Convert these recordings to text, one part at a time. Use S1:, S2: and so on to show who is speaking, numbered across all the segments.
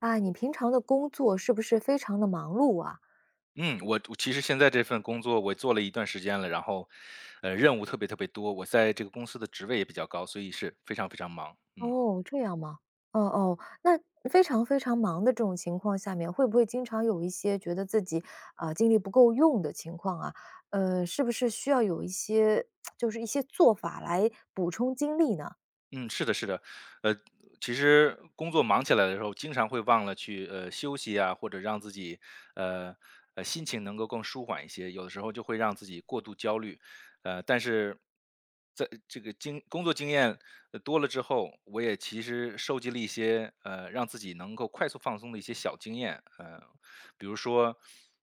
S1: 啊，你平常的工作是不是非常的忙碌啊？
S2: 我其实现在这份工作我做了一段时间了，然后，任务特别特别多，我在这个公司的职位也比较高，所以是非常非常忙。嗯
S1: 哦，这样吗？哦哦，那非常非常忙的这种情况下面，会不会经常有一些觉得自己，啊，精力不够用的情况啊？是不是需要有一些 就是一些做法来补充精力呢？
S2: 嗯，是的，是的，呃，其实工作忙起来的时候，经常会忘了去休息啊，或者让自己呃心情能够更舒缓一些，有的时候就会让自己过度焦虑，但是。在这个工作经验多了之后，我也其实收集了一些让自己能够快速放松的一些小经验，比如说，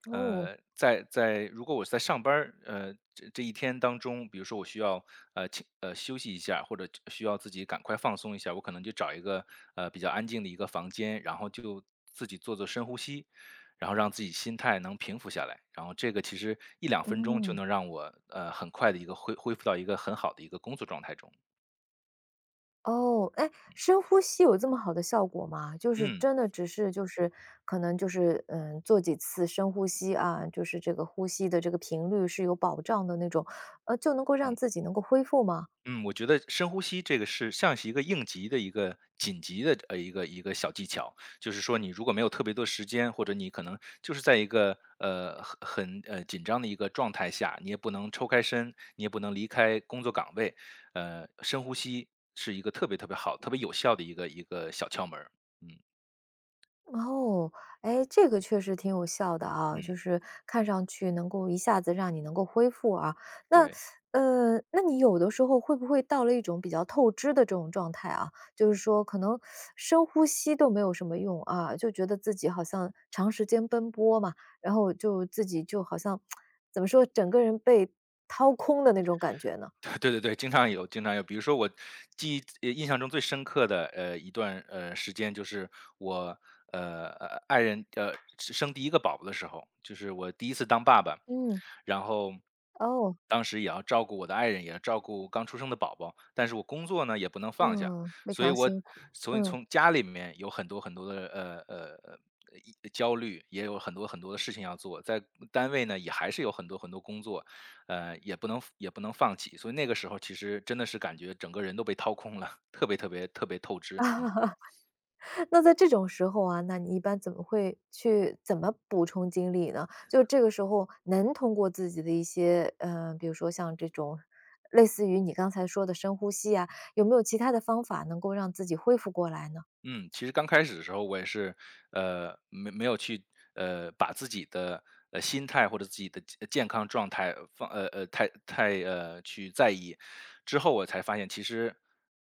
S1: 哦，
S2: 如果我在上班儿，这一天当中，比如说我需要请休息一下，或者需要自己赶快放松一下，我可能就找一个比较安静的一个房间，然后就自己做做深呼吸，然后让自己心态能平复下来。然后这个其实一两分钟就
S1: 嗯。
S2: 能让我很快的一个恢复到一个很好的一个工作状态中。
S1: 哦，哎，深呼吸有这么好的效果吗？就是
S2: 嗯
S1: 真的只是就是可能就是嗯，做几次深呼吸啊，就是这个呼吸的这个频率是有保障的那种，就能够让
S2: 嗯。
S1: 自己能够恢复吗？
S2: 嗯，我觉得深呼吸这个是像是一个应急的一个紧急的一个小技巧，就是说你如果没有特别多时间，或者你可能就是在一个很紧张的一个状态下，你也不能抽开身，你也不能离开工作岗位，深呼吸是一个特别特别好、特别有效的一个小窍门儿。嗯
S1: 哦，哎，这个确实挺有效的啊，就
S2: 嗯，
S1: 是看上去能够一下子让你能够恢复啊。那，
S2: 对。
S1: 那你有的时候会不会到了一种比较透支的这种状态啊？就是说，可能深呼吸都没有什么用啊，就觉得自己好像长时间奔波嘛，然后就自己就好像怎么说，整个人被掏空的那种感觉呢？
S2: 对对对，经常有，经常有。比如说我记忆印象中最深刻的，一段，时间就是我爱人，生第一个宝宝的时候，就是我第一次当爸爸。
S1: 嗯，
S2: 然后
S1: 哦，
S2: 当时也要照顾我的爱人，也要照顾刚出生的宝宝，但是我工作呢也不能放下，
S1: 嗯，非
S2: 所以
S1: 常辛苦，嗯。
S2: 从家里面有很多很多的一焦虑，也有很多很多的事情要做，在单位呢也还是有很多很多工作，也不能放弃，所以那个时候其实真的是感觉整个人都被掏空了，特别特别特别透支，嗯。
S1: 那在这种时候啊，那你一般怎么会去怎么补充精力呢？就这个时候能通过自己的一些，比如说像这种类似于你刚才说的深呼吸啊，有没有其他的方法能够让自己恢复过来呢？
S2: 嗯，其实刚开始的时候我也是，没有去，把自己的，心态或者自己的健康状态放太去在意。之后我才发现，其实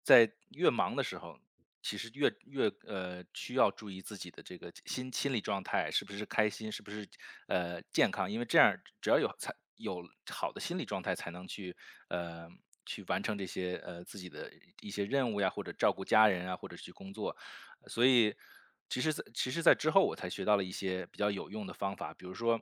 S2: 在越忙的时候，其实越需要注意自己的这个心理状态，是不是开心，是不是，健康。因为这样只要有才有好的心理状态才能呃，去完成这些，自己的一些任务呀，或者照顾家人啊，或者去工作。所以其实在之后我才学到了一些比较有用的方法，比如说，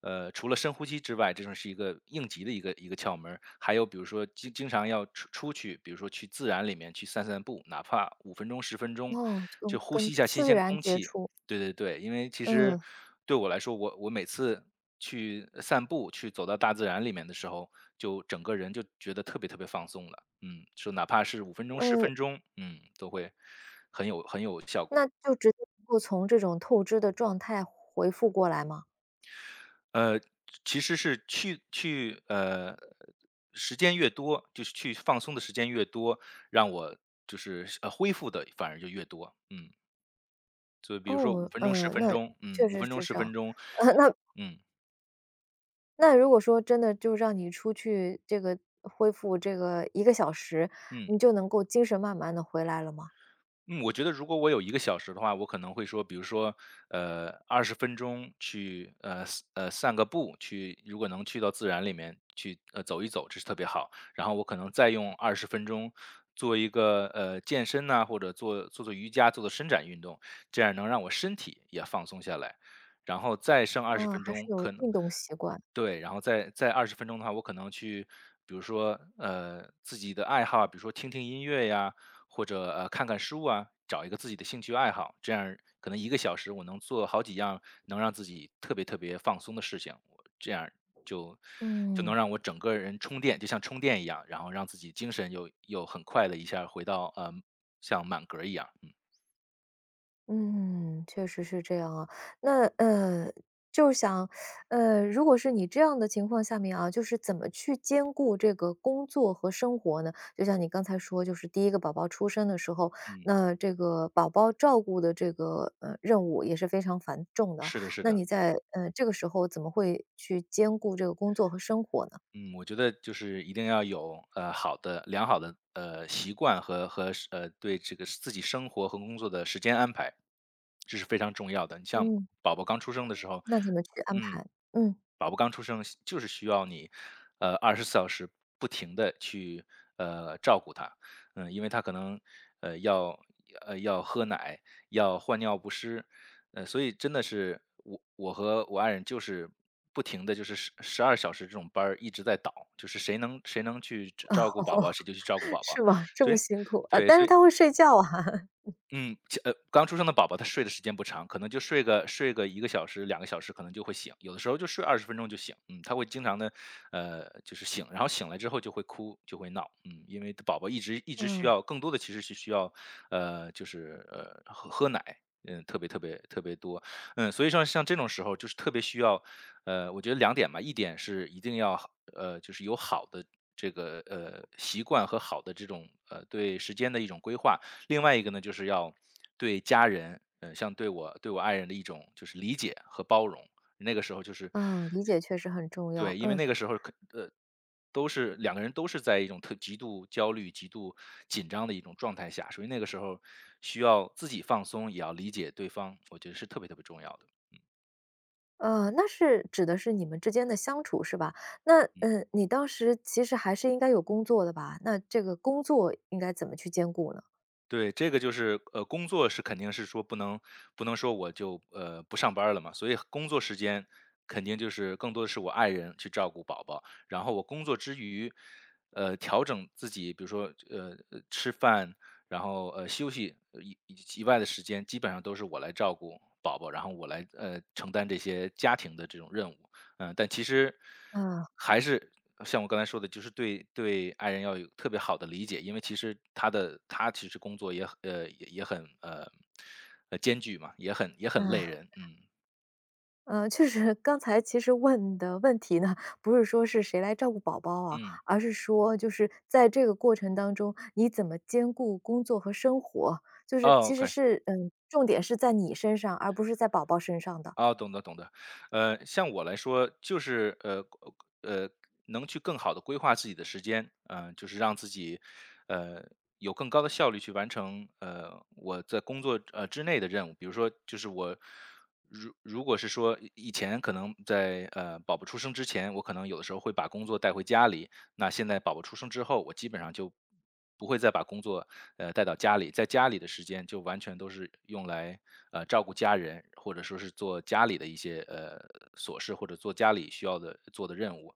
S2: 除了深呼吸之外，这种是一个应急的一个窍门儿，还有比如说经常要出去，比如说去自然里面去散散步，哪怕五分钟、十分钟，
S1: 哦，跟
S2: 就呼
S1: 跟
S2: 吸一下新
S1: 自
S2: 鲜
S1: 然
S2: 空
S1: 接
S2: 气，
S1: 触，
S2: 对对对，因为其实
S1: 嗯，
S2: 对我来说，我每次去散步，去走到大自然里面的时候，就整个人就觉得特别特别放松了。嗯，就哪怕是五分钟、十
S1: 嗯，
S2: 分钟，嗯，都会很有效果。
S1: 那就直接能够从这种透支的状态回复过来吗？
S2: 呃，其实是去去呃，时间越多，就是去放松的时间越多，让我就是恢复的反而就越多。嗯，所以比如说五
S1: 哦，
S2: 分钟、十
S1: 嗯，
S2: 分
S1: 那
S2: 钟，
S1: 确
S2: 嗯五
S1: 实
S2: 分钟、
S1: 是
S2: 十
S1: 这
S2: 分
S1: 样，
S2: 钟，
S1: 那
S2: 嗯
S1: 如果说真的就让你出去这个恢复这个1个小时，
S2: 嗯。
S1: 你就能够精神慢慢的回来了吗？
S2: 嗯，我觉得如果我有一个小时的话，我可能会说，比如说，二十分钟去，散个步，如果能去到自然里面去，走一走，这是特别好。然后我可能再用二十分钟做一个，健身呐，或者做做瑜伽，做做伸展运动，这样能让我身体也放松下来。然后再剩二十
S1: 嗯，
S2: 分
S1: 还是
S2: 钟，
S1: 有
S2: 可能
S1: 运动习惯，
S2: 对，然后再二十分钟的话，我可能去比如说，自己的爱好啊，比如说听听音乐呀，或者，看看书啊，找一个自己的兴趣爱好，这样可能一个小时我能做好几样能让自己特别特别放松的事情，我这样就就
S1: 嗯。
S2: 能让我整个人充电，就像充电一样，然后让自己精神又很快的一下回到，像满格儿一样，嗯，
S1: 嗯，确实是这样啊。那就是想，如果是你这样的情况下面啊，就是怎么去兼顾这个工作和生活呢？就像你刚才说，就是第一个宝宝出生的时候，
S2: 嗯，
S1: 那这个宝宝照顾的这个任务也是非常繁重的。
S2: 是的是
S1: 那
S2: 的。
S1: 你在这个时候怎么会去兼顾这个工作和生活呢？
S2: 嗯，我觉得就是一定要有良好的习惯和对这个自己生活和工作的时间安排，这是非常重要的。你像
S1: 嗯，
S2: 宝宝刚出生的时候，
S1: 那怎么去安
S2: 嗯，
S1: 排？嗯，
S2: 宝宝刚出生就是需要你24小时不停的去照顾他，嗯，因为他可能，呃，要要喝奶，要换尿不湿，所以真的是我和我爱人就是不停的就是十二小时这种班儿一直在倒，就是谁能去照 顾宝
S1: 哦，
S2: 宝，谁就去照顾宝宝。
S1: 是吗？这
S2: 所
S1: 么
S2: 以
S1: 辛苦啊，
S2: 对，
S1: 但
S2: 所
S1: 是
S2: 以
S1: 他会睡觉啊，
S2: 刚出生的宝宝他睡的时间不长，可能就睡个一个小时、两个小时可能就会醒，有的时候就睡二十分钟就醒。嗯，他会经常的，就是醒，然后醒来之后就会哭，就会闹。嗯，因为宝宝一直需
S1: 嗯。
S2: 要更多的其实是需要，就是，喝奶，嗯，特别特别特别多。嗯，所以说像这种时候就是特别需要，我觉得两点吧，一点是一定要就是有好的这个，习惯和好的这种，对时间的一种规划。另外一个呢，就是要对家人，像对我爱人的一种就是理解和包容。那个时候就是
S1: 啊，理解确实很重要。
S2: 对，因为
S1: 嗯，
S2: 那个时候都是两个人都是在一种极度焦虑、极度紧张的一种状态下，所以那个时候需要自己放松，也要理解对方，我觉得是特别特别重要的。
S1: 那是指的是你们之间的相处是吧？那
S2: 嗯。
S1: 嗯，你当时其实还是应该有工作的吧？那这个工作应该怎么去兼顾呢？
S2: 对，这个就是工作是肯定是说不能说我就不上班儿了嘛，所以工作时间肯定就是更多的是我爱人去照顾宝宝，然后我工作之余，调整自己，比如说吃饭，然后休息以外的时间，基本上都是我来照顾宝宝，然后我来承担这些家庭的这种任务。嗯，但其实
S1: 嗯
S2: 还是像我刚才说的，就是对爱人要有特别好的理解，因为其实他其实工作也很艰巨嘛，也很
S1: 嗯
S2: 累人，嗯
S1: 就是刚才其实问的问题呢，不是说是谁来照顾宝宝啊，
S2: 嗯，
S1: 而是说就是在这个过程当中，你怎么兼顾工作和生活？就是
S2: 哦
S1: 其实
S2: ，OK。
S1: 是嗯，重点是在你身上，而不是在宝宝身上的。
S2: 啊，懂得懂得，像我来说，就是呃，能去更好的规划自己的时间，嗯，就是让自己，呃，有更高的效率去完成，我在工作之内的任务。比如说，就是我如果是说以前可能在宝宝出生之前，我可能有的时候会把工作带回家里，那现在宝宝出生之后，我基本上就不会再把工作带到家里，在家里的时间就完全都是用来照顾家人，或者说是做家里的一些琐事，或者做家里需要的做的任务。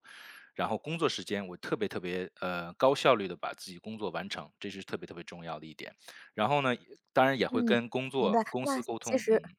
S2: 然后工作时间，我特别特别高效率的把自己工作完成，这是特别特别重要的一点。然后呢，当然也会
S1: 嗯，
S2: 跟工
S1: 明白。
S2: 作公
S1: 那
S2: 司沟
S1: 其
S2: 通。
S1: 实
S2: 嗯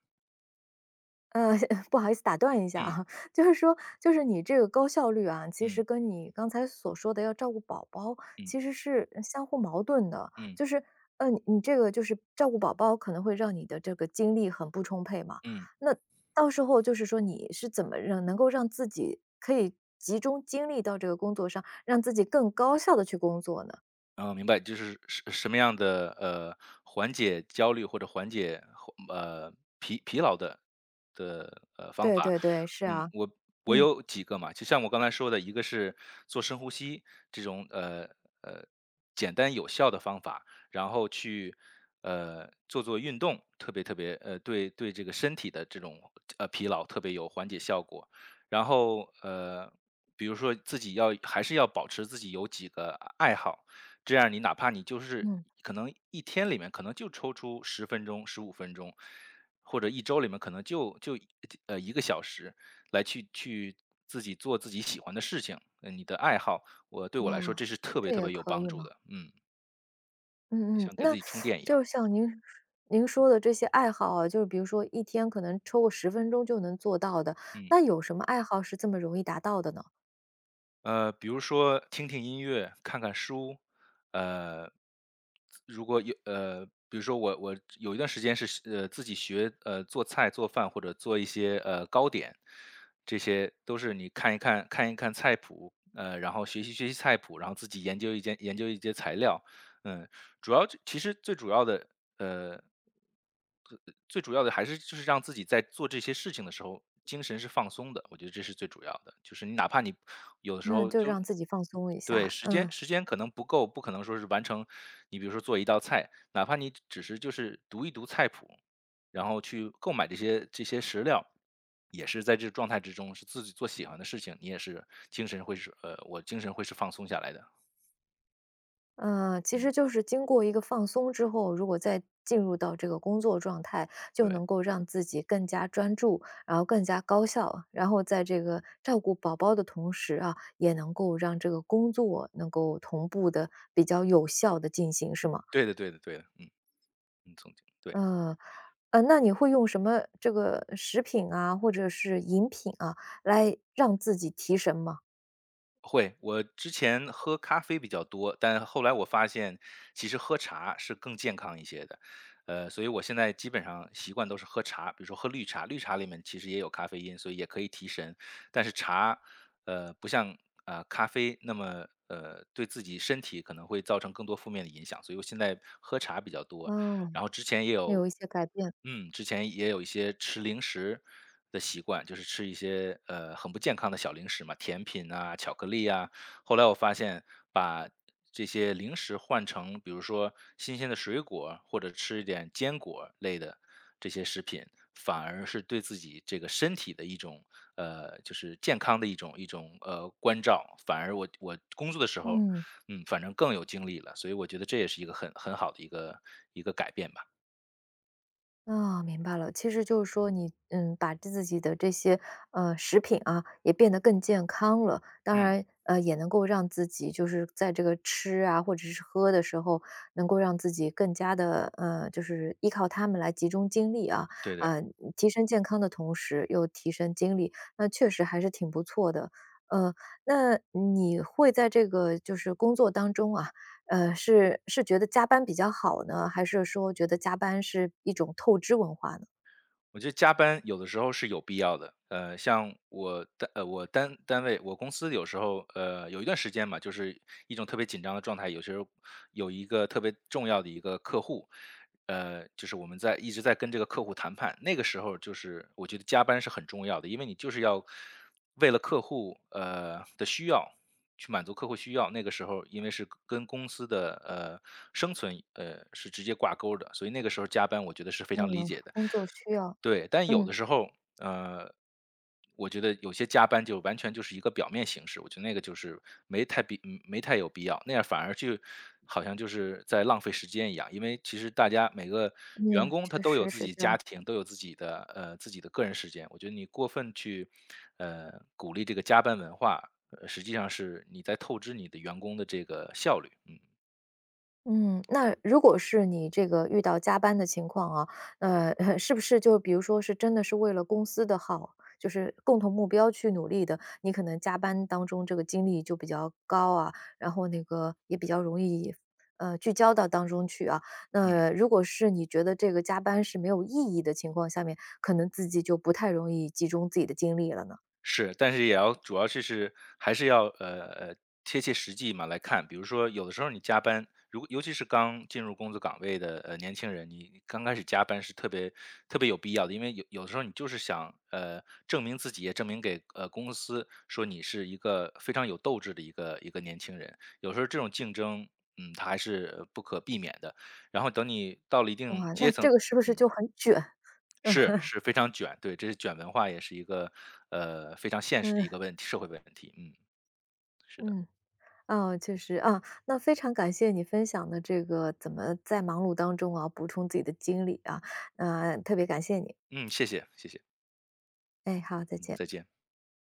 S1: 呃，不好意思打断一下
S2: 嗯
S1: 啊，就是说，就是你这个高效率啊，其实
S2: 嗯
S1: 跟你刚才所说的要照顾宝宝，
S2: 嗯
S1: 其实是相互矛盾的。
S2: 嗯嗯
S1: 就是，嗯，你这个就是照顾宝宝，可能会让你的这个精力很不充沛嘛。
S2: 嗯
S1: 那到时候就是说，你是怎么让能够让自己可以集中精力到这个工作上，让自己更高效的去工作呢？
S2: 嗯，明白，就是什么样的缓解焦虑或者缓解呃疲劳的方
S1: 对
S2: 法？
S1: 对对，是
S2: 嗯，
S1: 啊，
S2: 我
S1: 嗯
S2: 有几个嘛，就像我刚才说的，一个是做深呼吸这种呃简单有效的方法，然后去做做运动，特别特别对这个身体的这种疲劳特别有缓解效果。然后比如说自己要还是要保持自己有几个爱好。这样你哪怕你就是
S1: 嗯，
S2: 可能一天里面可能就抽出10分钟、15分钟，或者一周里面可能就1个小时来去自己做自己喜欢的事情，呃，你的爱好，对我来说这
S1: 啊、
S2: 是特别
S1: 这
S2: 特
S1: 也
S2: 别有
S1: 可
S2: 帮
S1: 以
S2: 助
S1: 吗？
S2: 的，嗯，
S1: 嗯嗯，
S2: 像给自
S1: 那
S2: 己充电一样。
S1: 就像您说的这些爱好啊，就是比如说一天可能抽个10分钟就能做到的，
S2: 嗯。
S1: 那有什么爱好是这么容易达到的呢？
S2: 比如说听听音乐，看看书。呃，如果有，比如说我有一段时间是自己学做菜做饭或者做一些糕点，这些都是你看一看菜谱，呃，然后学习学习菜谱，然后自己研究一些材料。嗯，主要就其实最主要的，呃，最最主要的还是就是让自己在做这些事情的时候，精神是放松的，我觉得这是最主要的。就是你哪怕你有的时
S1: 那
S2: 候
S1: 就
S2: 就
S1: 让自己放松一
S2: 对，
S1: 下，
S2: 时间
S1: 嗯，
S2: 时间可能不够，不可能说是完成你比如说做一道菜，哪怕你只是就是读一读菜谱，然后去购买这些食料，也是在这个状态之中，是自己做喜欢的事情，你也是精神会是呃，我精神会是放松下来的。
S1: 嗯，其
S2: 嗯，
S1: 实就是经过一个放松之后，如果再进入到这个工作状态，就
S2: 对，
S1: 能够让自己更加专注，然后更加高效，然后在这个照顾宝宝的同时啊，也能够让这个工作能够同步的比较有效的进行，是吗？
S2: 对的对的对的，嗯。嗯，总结，对，
S1: 嗯。那你会用什么这个食品啊，或者是饮品啊，来让自己提神吗？
S2: 会。我之前喝咖啡比较多，但后来我发现其实喝茶是更健康一些的，呃，所以我现在基本上习惯都是喝茶，比如说喝绿茶，绿茶里面其实也有咖啡因，所以也可以提神。但是茶，不像咖啡那么对自己身体可能会造成更多负面的影响，所以我现在喝茶比较多。
S1: 哦，
S2: 然后之前也
S1: 那有
S2: 有
S1: 一些改变，
S2: 嗯，之前也有一些吃零食的习惯，就是吃一些，呃，很不健康的小零食嘛，甜品啊、巧克力啊。后来我发现把这些零食换成比如说新鲜的水果，或者吃一点坚果类的这些食品，反而是对自己这个身体的一种，呃，就是健康的一种，呃，关照。反而我工作的时候
S1: 嗯。
S2: 嗯，反正更有精力了，所以我觉得这也是一个很好的一个改变吧。
S1: 啊，明白了。其实就是说你，嗯，把自己的这些食品啊，也变得更健康了。当
S2: 嗯，
S1: 然，也能够让自己就是在这个吃啊，或者是喝的时候，能够让自己更加的就是依靠它们来集中精力啊，
S2: 对的。
S1: 呃，提升健康的同时又提升精力，那确实还是挺不错的。呃，那你会在这个就是工作当中啊，是觉得加班比较好呢，还是说觉得加班是一种透支文化呢？
S2: 我觉得加班有的时候是有必要的，呃，像我单呃我单单位我公司有时候有一段时间嘛，就是一种特别紧张的状态，有时候有一个特别重要的一个客户，呃，就是我们一直在跟这个客户谈判，那个时候就是我觉得加班是很重要的，因为你就是要为了客户的需要去满足客户需要，那个时候因为是跟公司的生存是直接挂钩的，所以那个时候加班我觉得是非常理
S1: 嗯，
S2: 解的。
S1: 工作需要。
S2: 对，但有
S1: 嗯。
S2: 的时候，呃，我觉得有些加班就完全就是一个表面形式，我觉得那个就是没太有必要，那样反而就好像就是在浪费时间一样。因为其实大家每个员
S1: 嗯，
S2: 工他
S1: 确
S2: 都有
S1: 实
S2: 自
S1: 是
S2: 己
S1: 这
S2: 家
S1: 样。
S2: 庭，都有自己的个人时间。我觉得你过分去鼓励这个加班文化，实际上是你在透支你的员工的这个效率。嗯
S1: 嗯，那如果是你这个遇到加班的情况啊，呃，是不是就比如说是真的是为了公司的好，就是共同目标去努力的，你可能加班当中这个精力就比较高啊，然后那个也比较容易聚焦到当中去啊。
S2: 嗯
S1: 那如果是你觉得这个加班是没有意义的情况下面，可能自己就不太容易集中自己的精力了呢。
S2: 是，但是也要主要就是还是要贴切实际嘛来看，比如说有的时候你加班，如果尤其是刚进入工作岗位的年轻人，你刚开始加班是特别特别有必要的，因为有的时候你就是想证明自己，也证明给公司说你是一个非常有斗志的一个年轻人，有时候这种竞争。嗯，它还是不可避免的。然后等你到了一定
S1: 哇，那
S2: 阶
S1: 这
S2: 层，
S1: 个是不是就很卷？
S2: 是，是非常卷，对，这是卷文化，也是一个非常 现实的
S1: 嗯
S2: 一个问题，社会问题。嗯，是的。
S1: 嗯。哦，确实啊，那非常感谢你分享的这个怎么在忙碌当中啊，补充自己的精力啊，特别感谢你。
S2: 嗯，谢谢，谢谢。
S1: 哎，好，再
S2: 嗯，
S1: 见。
S2: 再见。